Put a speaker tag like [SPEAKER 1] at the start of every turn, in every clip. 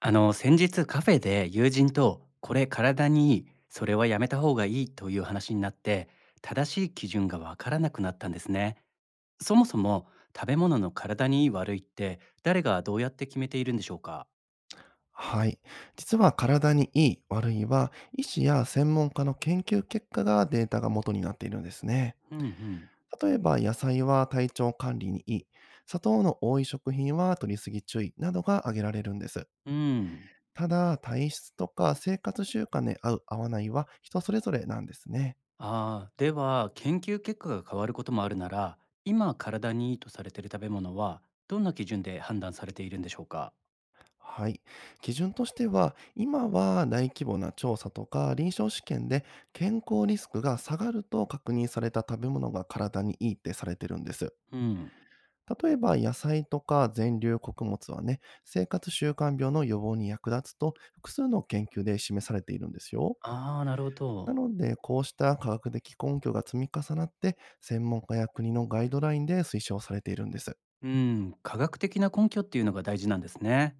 [SPEAKER 1] 先日カフェで友人と、これ体にいい、それはやめた方がいいという話になって、正しい基準がわからなくなったんですね。そもそも食べ物の体にいい悪いって、誰がどうやって決めているんでしょうか？
[SPEAKER 2] はい。実は体にいい、悪いは、医師や専門家の研究結果がデータが元になっているんですね。
[SPEAKER 1] うんうん。
[SPEAKER 2] 例えば、野菜は体調管理にいい、砂糖の多い食品は摂りすぎ注意などが挙げられるんです。
[SPEAKER 1] うん。
[SPEAKER 2] ただ、体質とか生活習慣で合う、合わないは人それぞれなんですね。
[SPEAKER 1] ああ、では研究結果が変わることもあるなら、今体にいいとされている食べ物は、どんな基準で判断されているんでしょうか？
[SPEAKER 2] はい。基準としては、今は大規模な調査とか臨床試験で健康リスクが下がると確認された食べ物が体にいいってされてるんです。
[SPEAKER 1] うん。
[SPEAKER 2] 例えば野菜とか全粒穀物はね、生活習慣病の予防に役立つと複数の研究で示されているんですよ。
[SPEAKER 1] ああ、なるほ
[SPEAKER 2] な
[SPEAKER 1] ど。
[SPEAKER 2] ので、こうした科学的根拠が積み重なって、専門家や国のガイドラインで推奨されているんです。
[SPEAKER 1] うん、科学的な根拠っていうのが大事なんですね。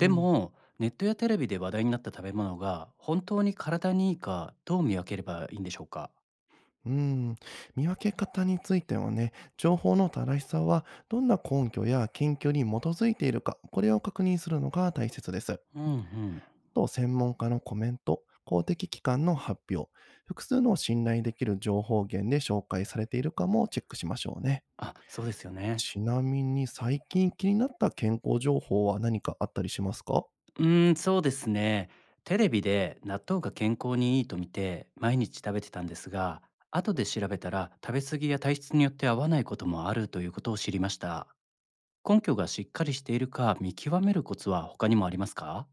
[SPEAKER 2] うん。
[SPEAKER 1] も、ネットやテレビで話題になった食べ物が本当に体にいいかどう見分ければいいんでしょうか？
[SPEAKER 2] うん。見分け方についてはね、情報の正しさはどんな根拠や研究に基づいているか、これを確認するのが大切です。
[SPEAKER 1] うんうん。
[SPEAKER 2] と専門家のコメント、公的機関の発表、複数の信頼できる情報源で紹介されているかもチェックしましょうね。
[SPEAKER 1] あ、そうですよね。
[SPEAKER 2] ちなみに最近気になった健康情報は何かあったりしますか？
[SPEAKER 1] うーん、そうですね。テレビで納豆が健康にいいと見て毎日食べてたんですが、後で調べたら食べ過ぎや体質によって合わないこともあるということを知りました。根拠がしっかりしているか見極めるコツは他にもありますか？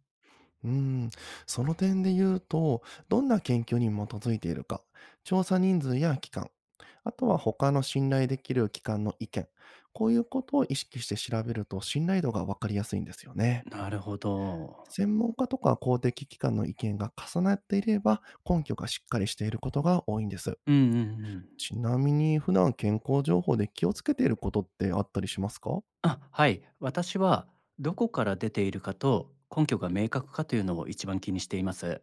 [SPEAKER 2] うーん、その点で言うと、どんな研究に基づいているか、調査人数や期間、あとは他の信頼できる機関の意見、こういうことを意識して調べると信頼度がわかりやすいんですよね。
[SPEAKER 1] なるほど。
[SPEAKER 2] 専門家とか公的機関の意見が重なっていれば、根拠がしっかりしていることが多いんです。
[SPEAKER 1] うんうんうん。
[SPEAKER 2] ちなみに、普段健康情報で気をつけていることってあったりしますか？
[SPEAKER 1] あ、はい。私はどこから出ているかと根拠が明確かというのを一番気にしています。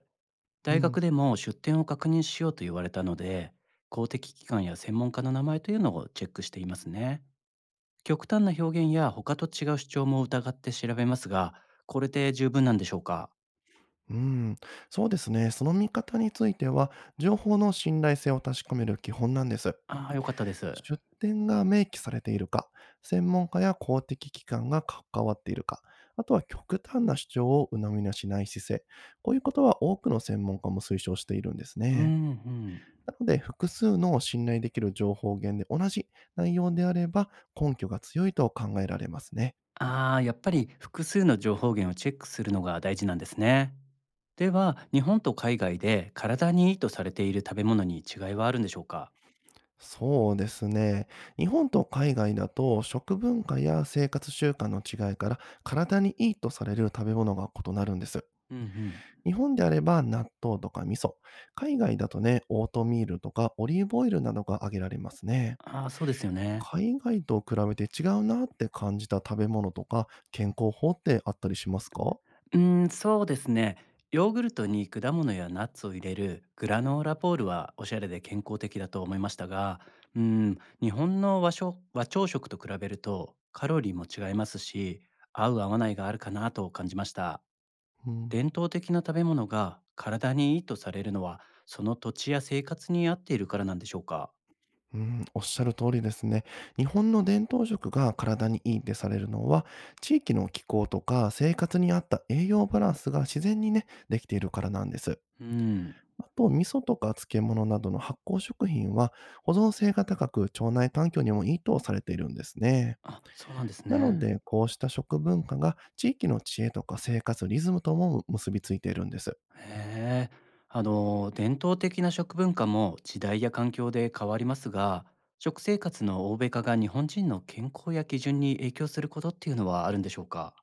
[SPEAKER 2] う
[SPEAKER 1] 大
[SPEAKER 2] ん。
[SPEAKER 1] 学でも出典を確認しようと言われたので、公的機関や専門家の名前というのをチェックしていますね。極端な表現や他と違う主張も疑って調べますが、これで十分なんでしょうか？
[SPEAKER 2] うん。そうですね。その見方については、情報の信頼性を確かめる基本なんです。
[SPEAKER 1] ああー、よかったです。
[SPEAKER 2] 出典が明記されているか、専門家や公的機関が関わっているか、あとは極端な主張を鵜呑みにしない姿勢。こういうことは多くの専門家も推奨しているんです
[SPEAKER 1] うん、
[SPEAKER 2] ね。
[SPEAKER 1] うん。
[SPEAKER 2] なので、複数の信頼できる情報源で同じ内容であれば、根拠が強いと考えられますね。
[SPEAKER 1] ああ、やっぱり複数の情報源をチェックするのが大事なんですね。では、日本と海外で体にいいとされている食べ物に違いはあるんでしょうか？
[SPEAKER 2] そうですね。日本と海外だと、食文化や生活習慣の違いから、体にいいとされる食べ物が異なるんです。
[SPEAKER 1] うんうん。
[SPEAKER 2] 日本であれば納豆とか味噌。海外だとね、オートミールとかオリーブオイルなどが挙げられますね。
[SPEAKER 1] ああ、そうですよね。
[SPEAKER 2] 海外と比べて違うなって感じた食べ物とか健康法ってあったりしますか？
[SPEAKER 1] うーん、そうですね。ヨーグルトに果物やナッツを入れるグラノーラポールはおしゃれで健康的だと思いましたが、うー日本の和食和朝食と比べるとカロリーも違いますし、合う合わないがあるかなと感じました。
[SPEAKER 2] うん、
[SPEAKER 1] 伝統的な食べ物が体にいいとされるのは、その土地や生活に合っているからなんでしょうか？
[SPEAKER 2] うん、おっしゃる通りですね。日本の伝統食が体にいいってされるのは、地域の気候とか生活に合った栄養バランスが自然にね、できているからなんです。
[SPEAKER 1] うーん。
[SPEAKER 2] あと、味噌とか漬物などの発酵食品は、保存性が高く腸内環境にもいいとされているんですね。
[SPEAKER 1] あ、そうなんです
[SPEAKER 2] なの
[SPEAKER 1] ね。
[SPEAKER 2] で、こうした食文化が地域の知恵とか生活リズムとも結びついているんです。
[SPEAKER 1] へえ。伝統的な食文化も時代や環境で変わりますが、食生活の欧米化が日本人の健康や基準に影響することっていうのはあるんでしょうか？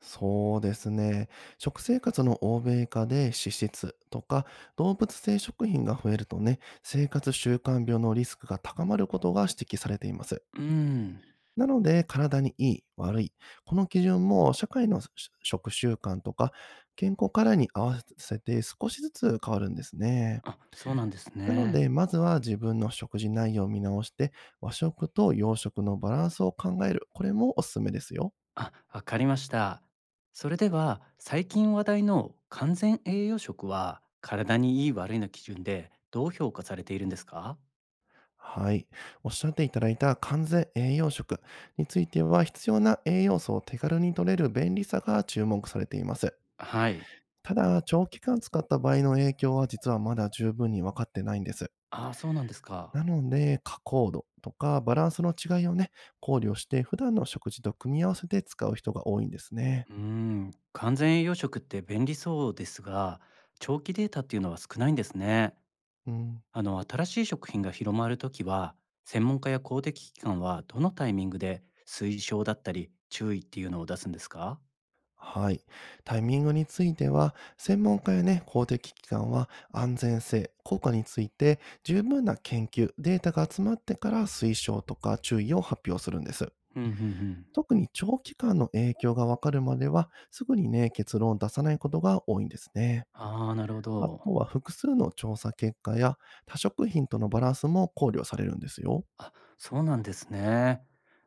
[SPEAKER 2] そうですね。食生活の欧米化で脂質とか動物性食品が増えるとね、生活習慣病のリスクが高まることが指摘されています。
[SPEAKER 1] うん。
[SPEAKER 2] なので、体にいい、悪い。この基準も社会の食習慣とか健康課題に合わせて少しずつ変わるんですね。
[SPEAKER 1] あ、そうなんです
[SPEAKER 2] なの
[SPEAKER 1] ね。
[SPEAKER 2] で、まずは自分の食事内容を見直して、和食と洋食のバランスを考える。これもおすすめですよ。
[SPEAKER 1] あ、わかりました。それでは、最近話題の完全栄養食は、体にいい悪いの基準でどう評価されているんですか？
[SPEAKER 2] はい。おっしゃっていただいた完全栄養食については、必要な栄養素を手軽に摂れる便利さが注目されています。
[SPEAKER 1] はい。
[SPEAKER 2] ただ、長期間使った場合の影響は実はまだ十分に分かってないんです。
[SPEAKER 1] ああ、そうなんですか。
[SPEAKER 2] なので、加工度とかバランスの違いをね、考慮して、普段の食事と組み合わせて使う人が多いんですね。
[SPEAKER 1] うーん、完全栄養食って便利そうですが、長期データっていうのは少ないんですね。
[SPEAKER 2] うん。
[SPEAKER 1] 新しい食品が広まるときは、専門家や公的機関はどのタイミングで推奨だったり注意っていうのを出すんですか？
[SPEAKER 2] はい。タイミングについては、専門家やね、公的機関は安全性、効果について十分な研究、データが集まってから推奨とか注意を発表するんです。
[SPEAKER 1] うん、うん、うん。
[SPEAKER 2] 特に長期間の影響がわかるまでは、すぐにね、結論を出さないことが多いんですね。
[SPEAKER 1] ああ、なるほ
[SPEAKER 2] あと
[SPEAKER 1] ど。
[SPEAKER 2] は複数の調査結果や多食品とのバランスも考慮されるんですよ。
[SPEAKER 1] あ、そうなんですね。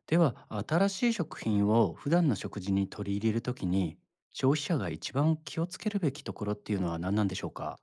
[SPEAKER 1] では、新しい食品を普段の食事に取り入れるときに、消費者が一番気をつけるべきところっていうのは何なんでしょうか？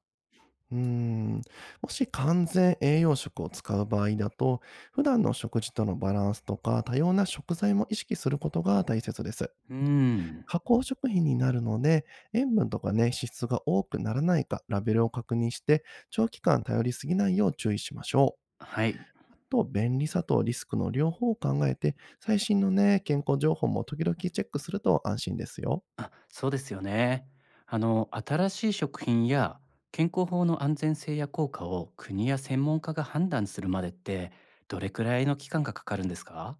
[SPEAKER 2] うーん。もし完全栄養食を使う場合だと、普段の食事とのバランスとか、多様な食材も意識することが大切です。
[SPEAKER 1] うーん、
[SPEAKER 2] 加工食品になるので、塩分とかね、脂質が多くならないか、ラベルを確認して、長期間頼りすぎないよう注意しましょ
[SPEAKER 1] はい。
[SPEAKER 2] う。あと、便利さとリスクの両方を考えて、最新のね、健康情報も時々チェックすると安心ですよ。
[SPEAKER 1] あ、そうですよね。新しい食品や健康法の安全性や効果を国や専門家が判断するまでってどれくらいの期間がかかるんですか？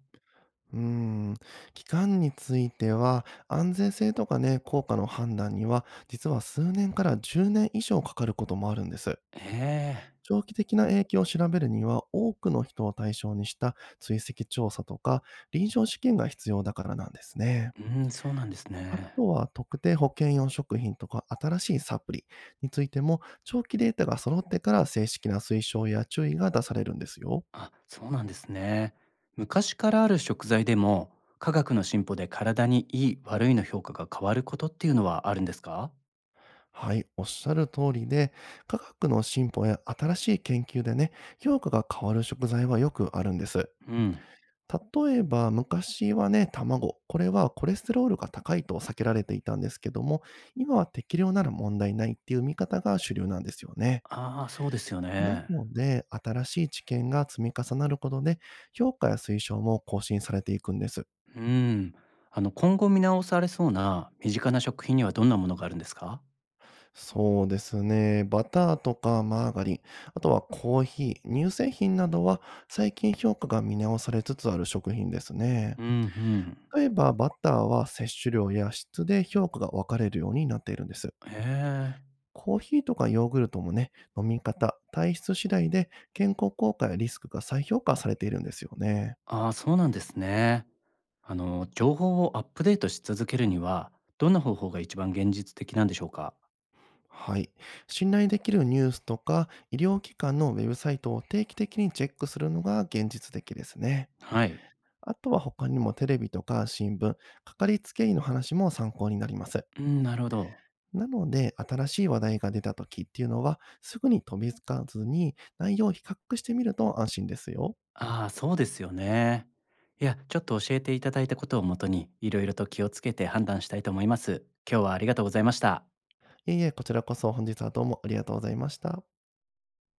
[SPEAKER 2] うーん、期間については、安全性とかね、効果の判断には、実は数年から10年以上かかることもあるんです。
[SPEAKER 1] ええ。
[SPEAKER 2] 長期的な影響を調べるには、多くの人を対象にした追跡調査とか、臨床試験が必要だからなんですね。
[SPEAKER 1] うん、そうなんです
[SPEAKER 2] あ
[SPEAKER 1] ね。
[SPEAKER 2] とは、特定保険用食品とか、新しいサプリについても、長期データが揃ってから正式な推奨や注意が出されるんですよ。
[SPEAKER 1] あ、そうなんですね。昔からある食材でも科学の進歩で体にいい悪いの評価が変わることっていうのはあるんですか？
[SPEAKER 2] はい、おっしゃる通りで、科学の進歩や新しい研究でね、評価が変わる食材はよくあるんです。
[SPEAKER 1] うん。
[SPEAKER 2] 例えば、昔はね、卵。これはコレステロールが高いと避けられていたんですけども、今は適量なら問題ないっていう見方が主流なんですよね。
[SPEAKER 1] ああ、そうですよ
[SPEAKER 2] な
[SPEAKER 1] ね。
[SPEAKER 2] ので、新しい知見が積み重なることで、評価や推奨も更新されていくんです。
[SPEAKER 1] うん。今後見直されそうな身近な食品にはどんなものがあるんですか？
[SPEAKER 2] そうですね。バターとかマーガリン、あとはコーヒー、乳製品などは最近評価が見直されつつある食品ですね。
[SPEAKER 1] うんうん。
[SPEAKER 2] 例えばバターは摂取量や質で評価が分かれるようになっているんです。
[SPEAKER 1] へえ。
[SPEAKER 2] コーヒーとかヨーグルトもね、飲み方、体質次第で健康効果やリスクが再評価されているんですよね。
[SPEAKER 1] ああ、そうなんですね。情報をアップデートし続けるには、どんな方法が一番現実的なんでしょうか？
[SPEAKER 2] はい。信頼できるニュースとか医療機関のウェブサイトを定期的にチェックするのが現実的ですね。
[SPEAKER 1] はい。
[SPEAKER 2] あとは他にもテレビとか新聞、かかりつけ医の話も参考になります。
[SPEAKER 1] うん、なるほど。
[SPEAKER 2] なので、新しい話題が出た時っていうのは、すぐに飛びつかずに内容を比較してみると安心ですよ。
[SPEAKER 1] ああ、そうですよね。いや、ちょっと教えていただいたことをもとに、いろいろと気をつけて判断したいと思います。今日はありがとうございました。
[SPEAKER 2] いえいえ、こちらこそ本日はどうもありがとうございました。